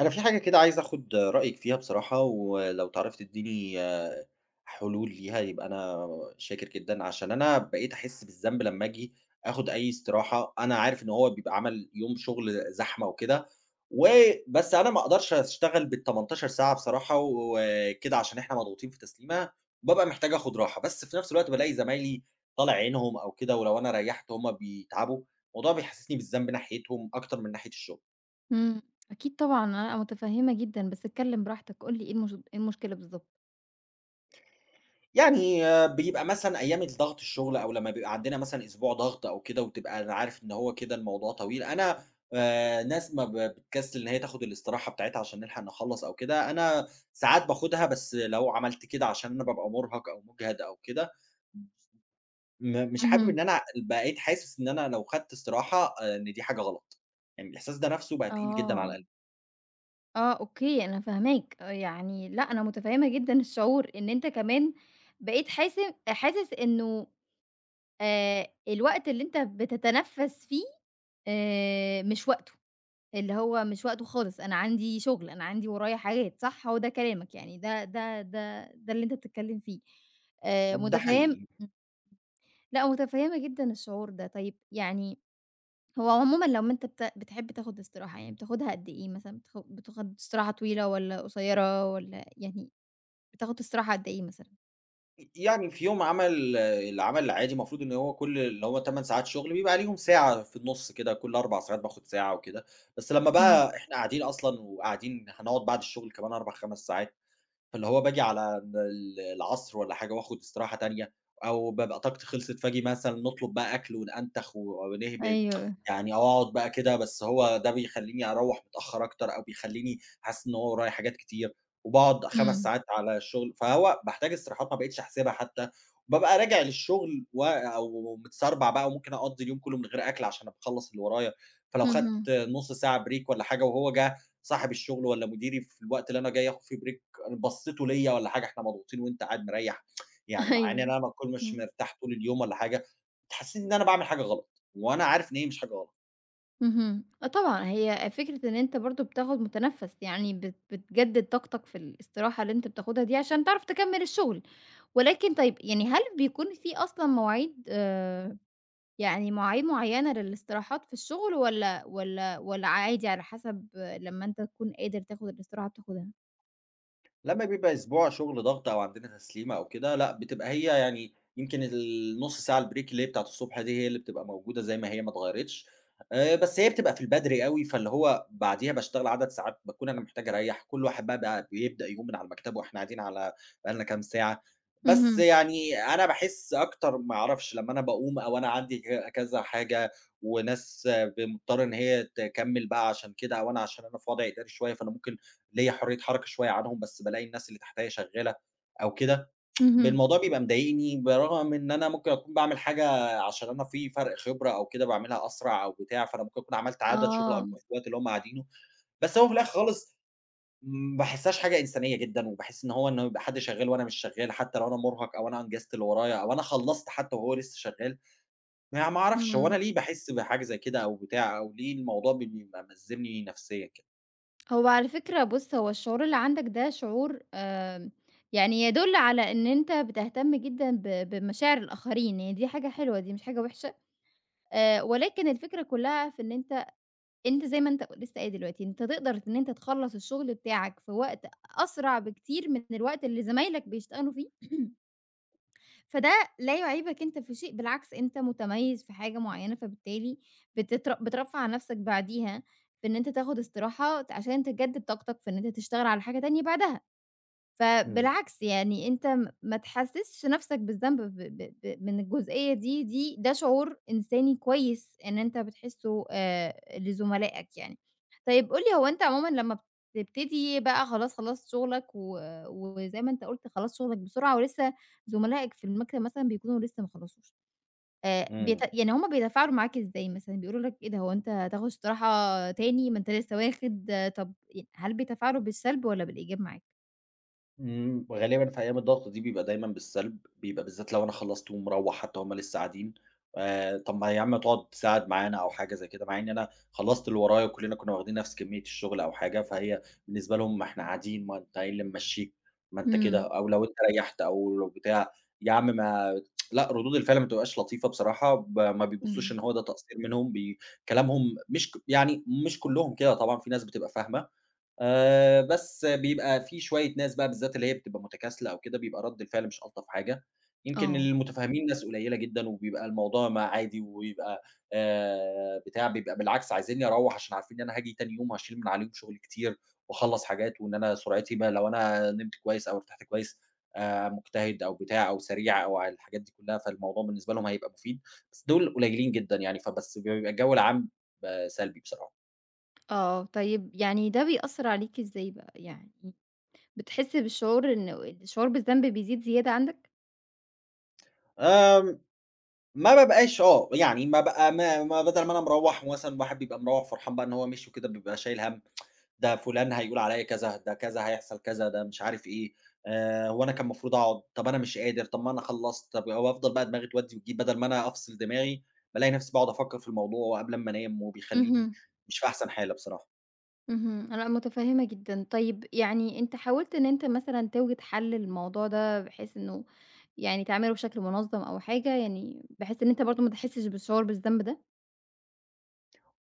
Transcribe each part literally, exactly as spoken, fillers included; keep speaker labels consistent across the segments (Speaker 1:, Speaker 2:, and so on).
Speaker 1: أنا في حاجة كده عايز آخُد رأيِك فيها بصراحة، ولو تعرفي تدّيني آه، حلول ليها يبقى أنا شاكر جدًا، عشان أنا بقيت أحس بالذنب لمّا آجي آخُد أي استراحة. أنا عارف إن هو بيبقى عمل يوم شغل زحمة وكده، و بس أنا ما أقدرش أشتغل بال18 ساعة بصراحة وكده عشان إحنا مضغوطين في تسليمة. بابقى محتاج آخُد راحة، بس في نفس الوقت بالاقي زمايلي طالع عينهم أو كده، ولو أنا ريّحت هُم بيتعبوا. الموضوع بيحسسني بالذنب ناحيتهم أكتر من ناحية الشغل.
Speaker 2: إمم، أكيد طبعًا أنا متفهمة جدًا، بس اتكلم براحتك، قُل لي إيه المش إيه المشكلة بالضبط؟
Speaker 1: يعني آه، بيبقى مثلًا أيام الضغط الشغل أو لمّا بيبقى عندنا مثلًا أسبوع ضغط أو كده، وتبقى أنا عارف إن هو كده الموضوع طويل. أنا آآ ناس ما ب بتكسل إن هي تاخد الاستراحة بتاعتها عشان نلحق نخلّص أو كده. أنا ساعات باخدها، بس لو عملت كده عشان أنا بابقى مرهق أو مُجهد أو كده، م مش حابب
Speaker 2: اهم.
Speaker 1: إن أنا بقيت حاسس إن أنا لو خدت استراحة آآ إن دي حاجة غلط. يعني الإحساس ده نَفْسه بقى تقيل جدًا على
Speaker 2: آه،
Speaker 1: القلب.
Speaker 2: آه أوكي، أنا فاهماك، آه، يعني لأ أنا متفهمة جدًا الشعور إن أنت كمان بقيت حاسب حاسس إنه آآ، الوقت اللي أنت بتتنفس فيه آآ، مش وقته، اللي هو مش وقته خالص، أنا عندي شغل، أنا عندي ورايا حاجات، صح؟ هو ده كلامك يعني ده ده ده ده اللي أنت بتتكلم فيه، آآ،
Speaker 1: ده
Speaker 2: متفهم
Speaker 1: حقيقي.
Speaker 2: لأ، متفهّمة جدًا الشعور ده، طيب يعني هو عمومًا لمّا أنت بت بتحب تاخد استراحة، يعني بتاخدها قد إيه مثلًا، بتاخ بتاخد استراحة طويلة والّا قصيّرة والّا يعني بتاخد استراحة قد إيه مثلًا؟
Speaker 1: ي يعني في يوم عمل العمل العادي، المفروض إن هو كل اللي هو تمن ساعات شغل بيبقى عليهم ساعة في النُص كده، كل أربع ساعات باخد ساعة وكده. بس لمّا
Speaker 2: إمم،
Speaker 1: بقى إحنا قاعدين أصلًا وقاعدين هنقعد بعد الشغل كمان أربعة، خمس ساعات، فاللي هو باجي على ال ال العصر والّا حاجة وآخد استراحة تانية. أو بابقى طاقتي خلصت فآجي مثلًا نطلب بقى أكل ونأنتخ و ونهبد،
Speaker 2: أيوه،
Speaker 1: يعني أو أقعد بقى كده. بس هو ده بيخلّيني أروّح متأخر أكتر، أو بيخلّيني حاسس إن هو ورايا حاجات كتير، وباقعد خمس
Speaker 2: إمم،
Speaker 1: ساعات على الشغل. فهو باحتاج استراحات ما بقيتش أحسبها حتى، وبابقى راجع للشغل و أو متسربع بقى، وممكن أقضّي اليوم كله من غير أكل عشان أبقى أخلّص اللي ورايا. فلو خدت
Speaker 2: اهم،
Speaker 1: نُص ساعة break والّا حاجة، وهو جه صاحب الشغل والّا مديري في الوقت اللي أنا جاي آخد فيه break، بصّيتوا ليّا والّا حاجة، إحنا مضغوطين وأنت قاعد مريّح، يعني مع إن
Speaker 2: أيوه،
Speaker 1: أنا ما أكون مش
Speaker 2: إمم.
Speaker 1: مرتاح طول اليوم والّا حاجة، تحسّسني إن أنا باعمل حاجة غلط. وأنا عارف إن هي مش حاجة غلط.
Speaker 2: اهم، آه طبعًا، هي فكرة إن أنت برضه بتاخد متنفّس، يعني بت بتجدد طاقتك في الاستراحة اللي أنت بتاخدها دي عشان تعرف تكمّل الشغل، ولكن طيب يعني هل بيكون في أصلًا مواعيد آآ يعني مواعيد معيّنة للاستراحات في الشغل والّا والّا والّا عادي على حسب لمّا أنت تكون قادر تاخد الاستراحة بتاخدها؟
Speaker 1: لمّا بيبقى أسبوع شغل ضغط أو عندنا تسليمة أو كده، لأ، بتبقى هي يعني يمكن النُص ساعة الbreak اللي هي بتاعة الصبح دي، هي اللي بتبقى موجودة زي ما هي، ما اتغيّرتش. آآ بس هي بتبقى في البدري أوي، فاللي هو بعديها باشتغل عدد ساعات باكون أنا محتاج أريّح. كل واحد بقى بقى بيبدأ يقوم من على مكتبه، إحنا قاعدين على، بقى لنا كام ساعة.
Speaker 2: اهم،
Speaker 1: بس يعني أنا باحس أكتر ما أعرفش، لمّا أنا باقوم أو أنا عندي ك كذا حاجة، وناس ب مضطرة إن هي تكمّل بقى عشان كده، أو أنا عشان أنا في وضع إداري شوية، فأنا ممكن ليّا حرية حركة شوية عنهم. بس بالاقي الناس اللي تحتيّا شغّالة أو كده، ب
Speaker 2: اهم.
Speaker 1: الموضوع بيبقى مضايقني، برغم إن أنا ممكن أكون باعمل حاجة عشان أنا في فرق خبرة أو كده، باعملها أسرع أو بتاع، فأنا ممكن أكون عملت عدد شغل
Speaker 2: آه،
Speaker 1: أكبر في الوقت اللي هم قاعدينه. بس هو في الآخر خالص ما باحسّهاش حاجة إنسانية جدًا، وباحس إن هو إنه يبقى حد شغّال وأنا مش شغّال، حتى لو أنا مُرهق أو أنا أنجزت اللي ورايا أو أنا خلّصت حتى وهو لسه شغّال. ما ما أعرفش هو أنا
Speaker 2: إمم.
Speaker 1: ليه باحس بحاجة زي كده أو بتاع، أو ليه الموضوع بيبقى مأزّمني نفسيًا كده؟
Speaker 2: هو على فكرة بُص، هو الشعور اللي عندك ده شعور آمم، يعني يدُل على إن أنت بتهتم جدًا ب بمشاعر الآخرين، هي دي حاجة حلوة، دي مش حاجة وحشة، آآ، ولكن الفكرة كلّها في إن أنت أنت زي ما أنت لسه قايل دلوقتي، أنت تقدر إن أنت تخلّص الشغل بتاعك في وقت أسرع بكتير من الوقت اللي زمايلك بيشتغلوا فيه؟ فده لا يعيبك أنت في شيء، بالعكس أنت متميّز في حاجة معيّنة، فبالتالي بتتر بترفّه عن نَفْسك بعديها بإن أنت تاخُد استراحة ت عشان تجدد طاقتك في إن أنت تشتغل على حاجة تانية بعدها.
Speaker 1: إمم،
Speaker 2: فبالعكس يعني أنت م ما تحسّسش نَفْسك بالذنب ب ب ب من الجزئية دي دي ده شعور إنساني كويس إن أنت بتحسّه آآ لزملائك يعني. طيب قُل لي هو أنت عمومًا لمّا بتبتدي بقى خلاص خلّصت شُغلك و وزي ما أنت قُلت خلّصت شُغلك بسرعة ولسه زملائك في المكتب مثلًا بيكونوا لسه ما خلّصوش، آآ بيت
Speaker 1: إمم.
Speaker 2: يعني هم بيتفاعلوا معاك إزاي مثلًا، بيقولوا لك إيه ده هو أنت هتاخُد استراحة تاني ما أنت لسه واخد، آه، طَب ي هل بيتفاعلوا بالسلب والّا بالإيجاب معاك؟
Speaker 1: إمم، غالبًا في أيام الضغط دي بيبقى دايمًا بالسلب، بيبقى بالذات لو أنا خلّصت ومروّح حتى وهُم لسه قاعدين، آآ طَب ما يا عم تقعد تساعد معانا أو حاجة زي كده، مع إن أنا خلّصت اللي ورايا وكلّنا كنا واخدين نفس كمية الشغل أو حاجة. فهي بالنسبة لهم: ما إحنا قاعدين، ما أنت إيه اللي ممشّيك، ما أنت
Speaker 2: إمم،
Speaker 1: كده، أو لو أنت ريّحت أو لو بتاع، يا عم ما. لأ، ردود الفعل ما بتبقاش لطيفة بصراحة، ب ما بيبصّوش
Speaker 2: إمم.
Speaker 1: إن هو ده تقصير منهم. بي كلامهم مش ك يعني مش كلّهم كده طبعًا، في ناس بتبقى فاهمة. آآ، بس بيبقى في شوية ناس بقى بالذات اللي هي بتبقى متكاسلة أو كده، بيبقى رد الفعل مش ألطف حاجة. يمكن
Speaker 2: آه،
Speaker 1: المتفهمين ناس قليلة جدًا، وبيبقى الموضوع ما عادي، وبيبقى آآ، بتاع، بيبقى بالعكس عايزينّي أروّح عشان عارفين إن أنا هاجي تاني يوم هاشيل من عليهم شغل كتير، واخلّص حاجات، وإن أنا سرعتي بقى لو أنا نمت كويس أو ارتحت كويس آآ، مجتهد أو بتاع أو سريع أو على الحاجات دي كلها، فالموضوع بالنسبة لهم هيبقى مفيد. بس دول قليلين جدًا يعني، فبس بيبقى الجو العام ب سلبي بصراحة.
Speaker 2: آه، طيب يعني ده بيأثّر عليكِ إزاي بقى؟ يعني بتحسّي بالشعور إن الشعور بالذنب بيزيد زيادة عندك؟
Speaker 1: آمم ما بابقاش آه، يعني ما بقى ما ما بدل ما أنا مروّح مثلًا، الواحد بيبقى مروّح فرحان بقى إن هو مشي وكده، بيبقى شايل هَم: ده فلان هيقول عليّا كذا، ده كذا هيحصل كذا، ده مش عارف إيه، آآ هو أنا كان المفروض أقعد، طب أنا مش قادر، طب ما أنا خلّصت، طب وأفضل بقى دماغي تودّي وتجيب بدل ما أنا أفصل دماغي. بالاقي نفسي باقعد أفكّر في الموضوع قبل أمّا أنام، وبيخلّيني
Speaker 2: اهم،
Speaker 1: مش في أحسن حالة بصراحة.
Speaker 2: اهم، لأ متفهّمة جدًا، طيب يعني أنت حاولت إن أنت مثلًا توجد حل للموضوع ده بحيث إنه يعني تعمله بشكل منظّم أو حاجة يعني بحيث إن أنت برضه ما تحسّش بالشعور بالذنب ده؟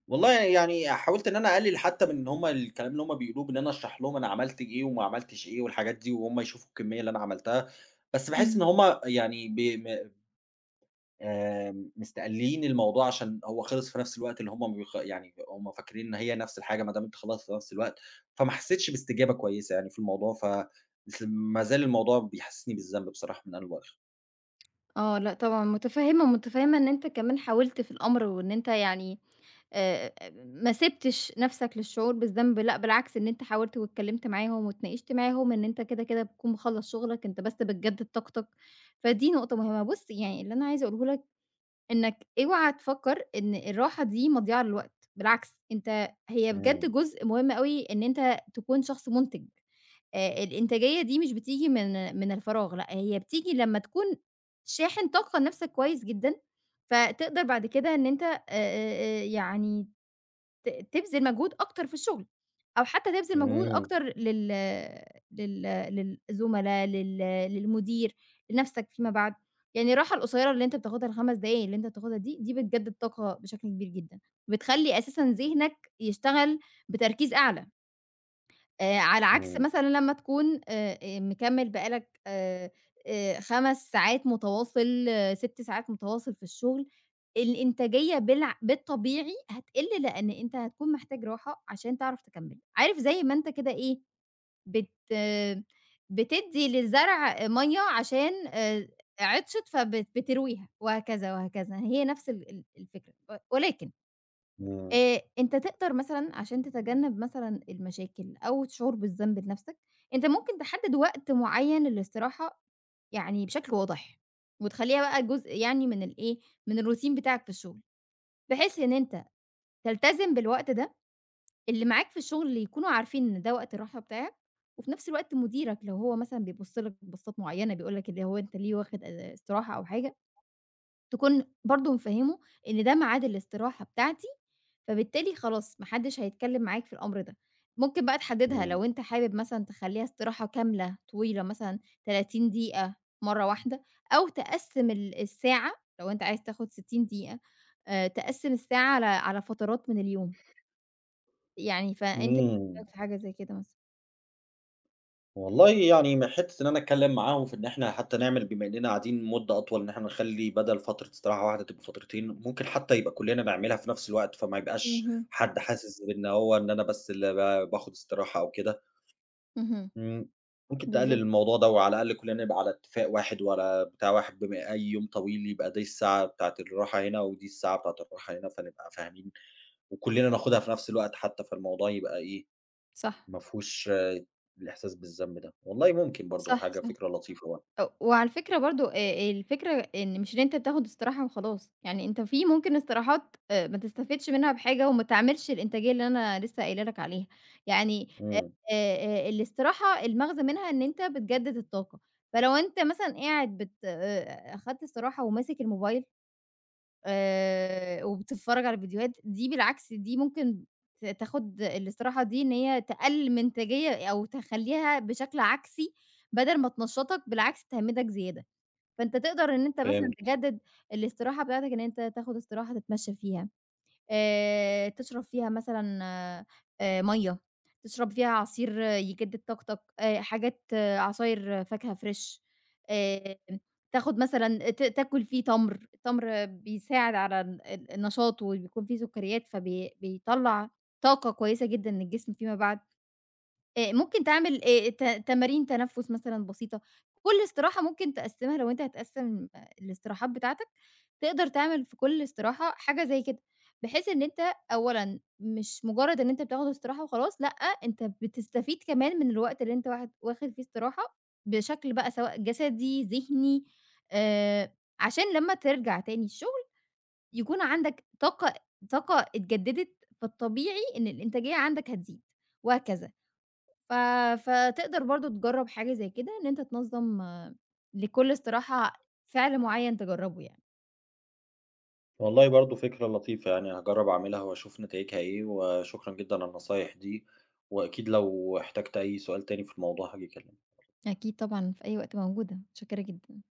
Speaker 1: والله يعني حاولت إن أنا أقلل حتى من إن هم الكلام اللي هم بيقولوه، بإن أنا أشرح لهم أنا عملت إيه وما عملتش إيه والحاجات دي، وهم يشوفوا الكمية اللي أنا عملتها. بس باحس إن
Speaker 2: إمم.
Speaker 1: هم يعني ب م آآ مستقلين الموضوع، عشان هو خلص في نفس الوقت اللي هم بيخ يعني هم فاكرين إن هي نفس الحاجة ما دام أنت خلصت في نفس الوقت. فما حسيتش باستجابة كويسة يعني في الموضوع. ف س ما زال الموضوع بيحسسني بالذنب بصراحة من أول وآخر.
Speaker 2: آه، لأ طبعًا متفهّمة، ومتفهّمة إن أنت كمان حاولت في الأمر وإن أنت يعني آآ، ما سِبتش نَفْسك للشعور بالذنب، لأ بالعكس إن أنت حاولت واتكلّمت معاهم واتناقشت معاهم إن أنت كده، كده بتكون مخلّص شغلك، أنت بس بتجدد طاقتك، فدي نقطة مهمة. بُص، يعني اللي أنا عايزة أقوله لك إنّك اوعى تفكّر إن الراحة دي مضيعة للوقت، بالعكس أنت هي
Speaker 1: إمم،
Speaker 2: بجد جزء مهم أوي إن أنت تكون شخص مُنتِج، آآ، الإنتاجية دي مش بتيجي من من الفراغ، لأ هي بتيجي لمّا تكون شاحن طاقة لنَفْسك كويس جدًا، فتقدر بعد كده إن أنت آآ، آآ، يعني ت تبذل مجهود أكتر في الشغل، أو حتى تبذل مجهود
Speaker 1: إمم،
Speaker 2: أكتر لل لل للزملا، لل للمدير، لنفسك فيما بعد، يعني الراحة القصيرة اللي أنت بتاخدها الخمس دقايق اللي أنت بتاخدها دي، دي بتجدد طاقة بشكل كبير جدًا، بتخلّي أساسًا ذهنك يشتغل بتركيز أعلى. آآ على عكس
Speaker 1: إمم،
Speaker 2: مثلًا لمّا تكون آآ آآ مكمّل بقى لك آآ آآ 5 ساعات متواصل، 6 ساعات متواصل في الشغل، الإنتاجية بالع بالطبيعي هتقِل لإن أنت هتكون محتاج راحة عشان تعرف تكمّل. عارف زي ما أنت كده إيه، بت آه، بتدّي للزرع مَيّة عشان آآ عطشت فبت بترويها وهكذا، وهكذا، هي نفس ال ال الفكرة، و ولكن
Speaker 1: إمم،
Speaker 2: آآ، أنت تقدر مثلًا عشان تتجنب مثلًا المشاكل أو الشعور بالذنب لنفْسك، أنت ممكن تحدد وقت معيّن للاستراحة يعني بشكل واضح، وتخلّيها بقى جزء يعني من الإيه، من الروتين بتاعك في الشغل، بحيث إن أنت تلتزم بالوقت ده، اللي معاك في الشغل يكونوا عارفين إن ده وقت الراحة بتاعك، وفي نفْس الوقت مديرك لو هو مثلًا بيبُص لك بصّات معيّنة بيقول لك اللي هو أنت ليه واخد آآ، استراحة أو حاجة تكون برضه مفهّمه إن ده ميعاد الاستراحة بتاعتي، فبالتالي خلاص ما حدش هيتكلّم معاك في الأمر ده. ممكن بقى تحدّدها
Speaker 1: إمم،
Speaker 2: لو أنت حابب مثلًا تخلّيها استراحة كاملة طويلة مثلًا 30 دقيقة مرّة واحدة، أو تقسّم ال الساعة لو أنت عايز تاخد 60 دقيقة آآ، تقسّم الساعة على على فترات من اليوم، يعني فأنت إيه
Speaker 1: إمم.
Speaker 2: رأيك في حاجة زي كده مثلًا؟
Speaker 1: والله يعني، ما حتّة إن أنا أتكلّم معاهم في إن إحنا حتّى نعمل بما إننا قاعدين مدة أطول، إن إحنا نخلّي بدل فترة استراحة واحدة تبقى فترتين، ممكن حتّى يبقى كُلّنا نعملها في نفس الوقت، فما يبقاش
Speaker 2: اهم،
Speaker 1: حد حاسس بإن هو إن أنا بس اللي ب باخد استراحة أو كده.
Speaker 2: اهم،
Speaker 1: إمم، ممكن تقلّل
Speaker 2: بالضبط،
Speaker 1: الموضوع ده، وعلى الأقل كُلّنا نبقى على اتفاق واحد وعلى بتاع واحد، بما أي يوم طويل يبقى دي الساعة بتاعة الراحة هنا ودي الساعة بتاعة الراحة هنا، فنبقى فاهمين وكُلّنا ناخدها في نفس الوقت حتّى، فالموضوع يبقى إيه،
Speaker 2: صح،
Speaker 1: ما فيهوش آه، الإحساس بالذنب ده. والله ممكن برضه
Speaker 2: صح،
Speaker 1: حاجة،
Speaker 2: صح.
Speaker 1: فكرة لطيفة برضه.
Speaker 2: أ وعلى فكرة برضه آآ الفكرة إن مش إن أنت بتاخد استراحة وخلاص، يعني أنت في ممكن استراحات آآ ما تستفدش منها بحاجة وما تعملش الإنتاجية اللي أنا لسه قايله لك عليها، يعني
Speaker 1: إمم،
Speaker 2: آآ آآ الاستراحة المغزى منها إن أنت بتجدد الطاقة، فلو أنت مثلًا قاعد بت آآ أخدت استراحة وماسك الموبايل آآ وبتتفرّج على فيديوهات، دي بالعكس دي ممكن ت تاخُد الاستراحة دي إن هي تقلّل من إنتاجية أو تخلّيها بشكل عكسي بدل ما تنشّطك بالعكس تهمّدك زيادة، فأنت تقدر إن أنت مثلًا
Speaker 1: فهمت.
Speaker 2: تجدد الاستراحة بتاعتك إن أنت تاخُد استراحة تتمشّى فيها. آآ تشرب فيها مثلًا آآ مَيّة، تشرب فيها عصير يجدد طاقتك، آآ حاجات آه، عصاير فاكهة فريش، آآ تاخد مثلًا ت تاكل فيه تمر، التمر بيساعد على ال ال النشاط وبيكون فيه سكريات فبي بيطلّع طاقة كويسة جدًا للجسم فيما بعد. آآ ممكن تعمل آآ ت تمارين تنفُّس مثلًا بسيطة، كل استراحة ممكن تقسّمها لو أنت هتقسّم آه، الاستراحات بتاعتك، تقدر تعمل في كل استراحة حاجة زي كده، بحيث إن أنت أولًا مش مجرّد إن أنت بتاخد استراحة وخلاص، لأ، أنت بتستفيد كمان من الوقت اللي أنت واحد واخد فيه استراحة بشكل بقى سواء جسدي، ذهني، آآ عشان لمّا ترجع تاني الشغل يكون عندك طاقة طاقة اتجددت، فالطبيعي إن الإنتاجية عندك هتزيد وهكذا. ف فتقدر برضه تجرّب حاجة زي كده، إن أنت تنظّم آه، لكل استراحة فعل معيّن تجرّبه يعني.
Speaker 1: والله برضه فكرة لطيفة، يعني هاجرّب أعملها وأشوف نتايجها إيه، وشكرًا جدًا على النصايح دي، وأكيد لو احتجت أي سؤال تاني في الموضوع هاجي أكلمك.
Speaker 2: أكيد طبعًا في أي وقت موجودة، متشكّرة جدًا.